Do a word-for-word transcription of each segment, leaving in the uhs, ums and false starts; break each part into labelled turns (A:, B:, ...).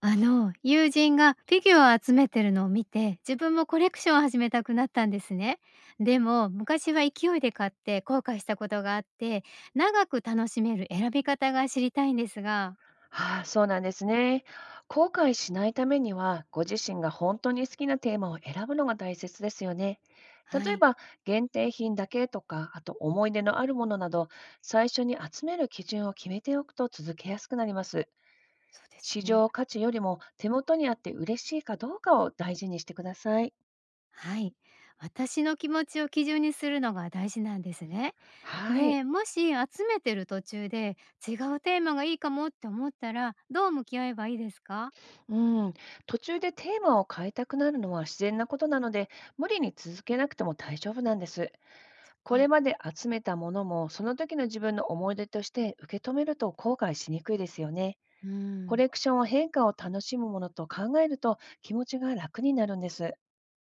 A: あの、友人がフィギュアを集めてるのを見て、自分もコレクションを始めたくなったんですね。でも、昔は勢いで買って後悔したことがあって、長く楽しめる選び方が知りたいんですが。
B: ああ、そうなんですね。後悔しないためには、ご自身が本当に好きなテーマを選ぶのが大切ですよね。
A: は
B: 例え
A: い、
B: ば、限定品だけとか、あと思い出のあるものなど、最初に集める基準を決めておくと続けやすくなります。
A: そうです
B: 市
A: ね。
B: 場価値よりも手元にあって嬉しいかどうかを大事にしてください。
A: はい。私の気持ちを基準にするのが大事なんですね。
B: はい。
A: で、もし集めてる途中で違うテーマがいいかもって思ったら、どう向き合えばいいですか？
B: うん。途中でテーマを変えたくなるのは自然なことなので、無理に続けなくても大丈夫なんです。
A: そっ
B: これ
A: か。
B: まで集めたものも、その時の自分の思い出として受け止めると後悔しにくいですよね。
A: う
B: コ
A: ん。
B: レクションは変化を楽しむものと考えると気持ちが楽になるんです。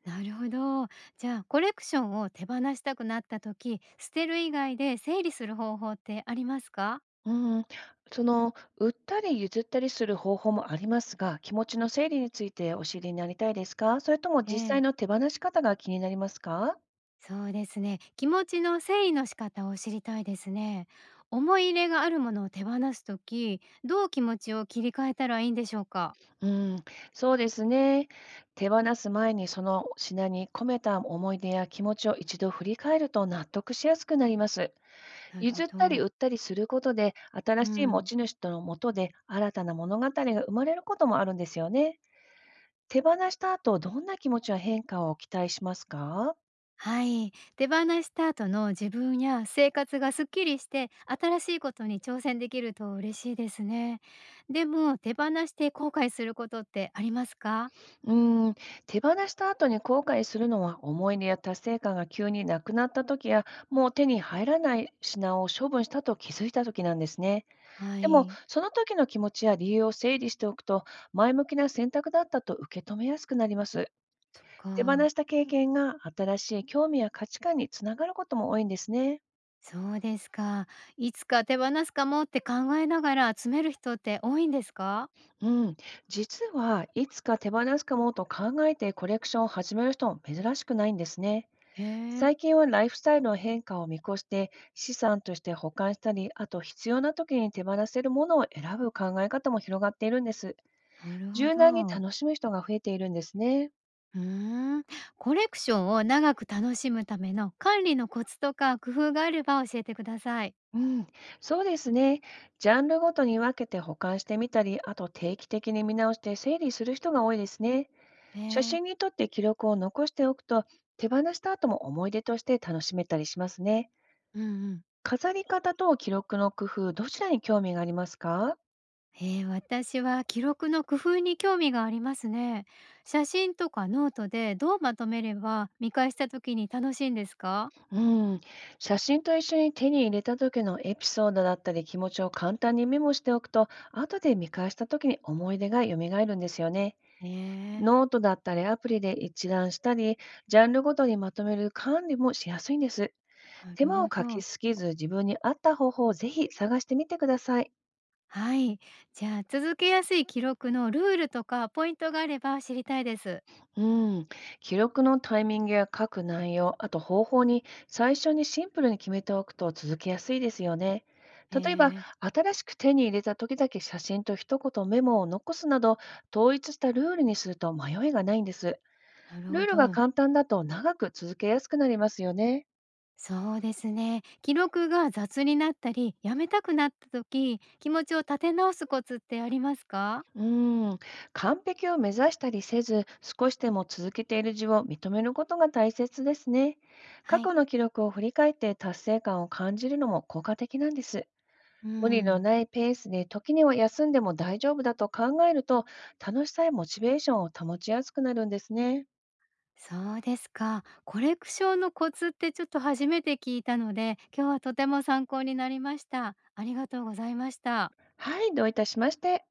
A: なるほど。じゃあコレクションを手放したくなった時、捨てる以外で整理する方法ってありますか？
B: うん、その、売ったり譲ったりする方法もありますが、気持ちの整理についてお知りになりたいですか、それとも
A: え
B: 実
A: え、
B: 際の手放し方が気になりますか？
A: そうですね。気持ちの整理の仕方を知りたいですね。思い入れがあるものを手放す時、どう気持ちを切り替えたらいいんでしょうか？
B: うん、そうですね。手放す前にその品に込めた思い出や気持ちを一度振り返ると納得しやすくなります。
A: なるほ
B: 譲ったり
A: ど。
B: 売ったりすることで、新
A: う
B: しい持
A: ん。
B: ち主とのもとで新たな物語が生まれることもあるんですよね。手放した後、どんな気持ちや変化を期待しますか？
A: はい。手放した後の自分や生活がすっきりして、新しいことに挑戦できると嬉しいですね。でも手放して後悔することってありますか？
B: うーん、手放した後に後悔するのは、思い出や達成感が急になくなった時や、もう手に入らない品を処分したと気づいた時なんですね。
A: は
B: でも、
A: い、
B: その時の気持ちや理由を整理しておくと、前向きな選択だったと受け止めやすくなります。
A: そっ
B: 手放
A: か、
B: した経験が新しい興味や価値観につながることも多いんですね。
A: そうですか。いつか手放すかもって考えながら集める人って多いんですか？
B: うん、実はいつか手放すかもと考えてコレクションを始める人も珍しくないんですね。
A: へえ、
B: 最近はライフスタイルの変化を見越して資産として保管したり、あと必要な時に手放せるものを選ぶ考え方も広がっているんです。
A: なるほ
B: 柔軟に
A: ど。
B: 楽しむ人が増えているんですね。
A: うーん、コレクションを長く楽しむための管理のコツとか工夫があれば教えてください。
B: うん、そうですね。ジャンルごとに分けて保管してみたり、あと定期的に見直して整理する人が多いですね。
A: へ
B: 写
A: え、
B: 真に撮って記録を残しておくと、手放した後も思い出として楽しめたりしますね。
A: うんうん。
B: 飾り方と記録の工夫、どちらに興味がありますか？
A: ええ、私は記録の工夫に興味がありますね。写真とかノートでどうまとめれば見返した時に楽しいんですか？
B: うん、写真と一緒に手に入れた時のエピソードだったり気持ちを簡単にメモしておくと、後で見返した時に思い出が蘇るんですよね。
A: へえ、
B: ノートだったりアプリで一覧したり、ジャンルごとにまとめる管理もしやすいんです。
A: な
B: 手
A: る
B: 間を
A: ほ
B: かけ
A: ど。
B: すぎず自分に合った方法をぜひ探してみてください。
A: はい。じゃあ、続けやすい記録のルールとかポイントがあれば知りたいです。
B: うん、記録のタイミングや書く内容、あと方法に最初にシンプルに決めておくと続けやすいですよね。例えば、
A: え
B: 新しく手に入れた時だけ写真と一言メモを残すなど、統一したルールにすると迷いがないんです。
A: ー、なる
B: ル
A: ほ
B: ールが
A: ど。
B: 簡単だと長く続けやすくなりますよね。
A: そうですね。記録が雑になったり、やめたくなった時、気持ちを立て直すコツってありますか。
B: うん、完璧を目指したりせず、少しでも続けている自分を認めることが大切ですね。
A: は
B: 過去
A: い。
B: の記録を振り返って達成感を感じるのも効果的なんです。
A: う
B: 無理の
A: ん。
B: ないペースで時には休んでも大丈夫だと考えると、楽しさやモチベーションを保ちやすくなるんですね。
A: そうですか。コレクションのコツってちょっと初めて聞いたので、今日はとても参考になりました。ありがとうございました。
B: はい、どういたしまして。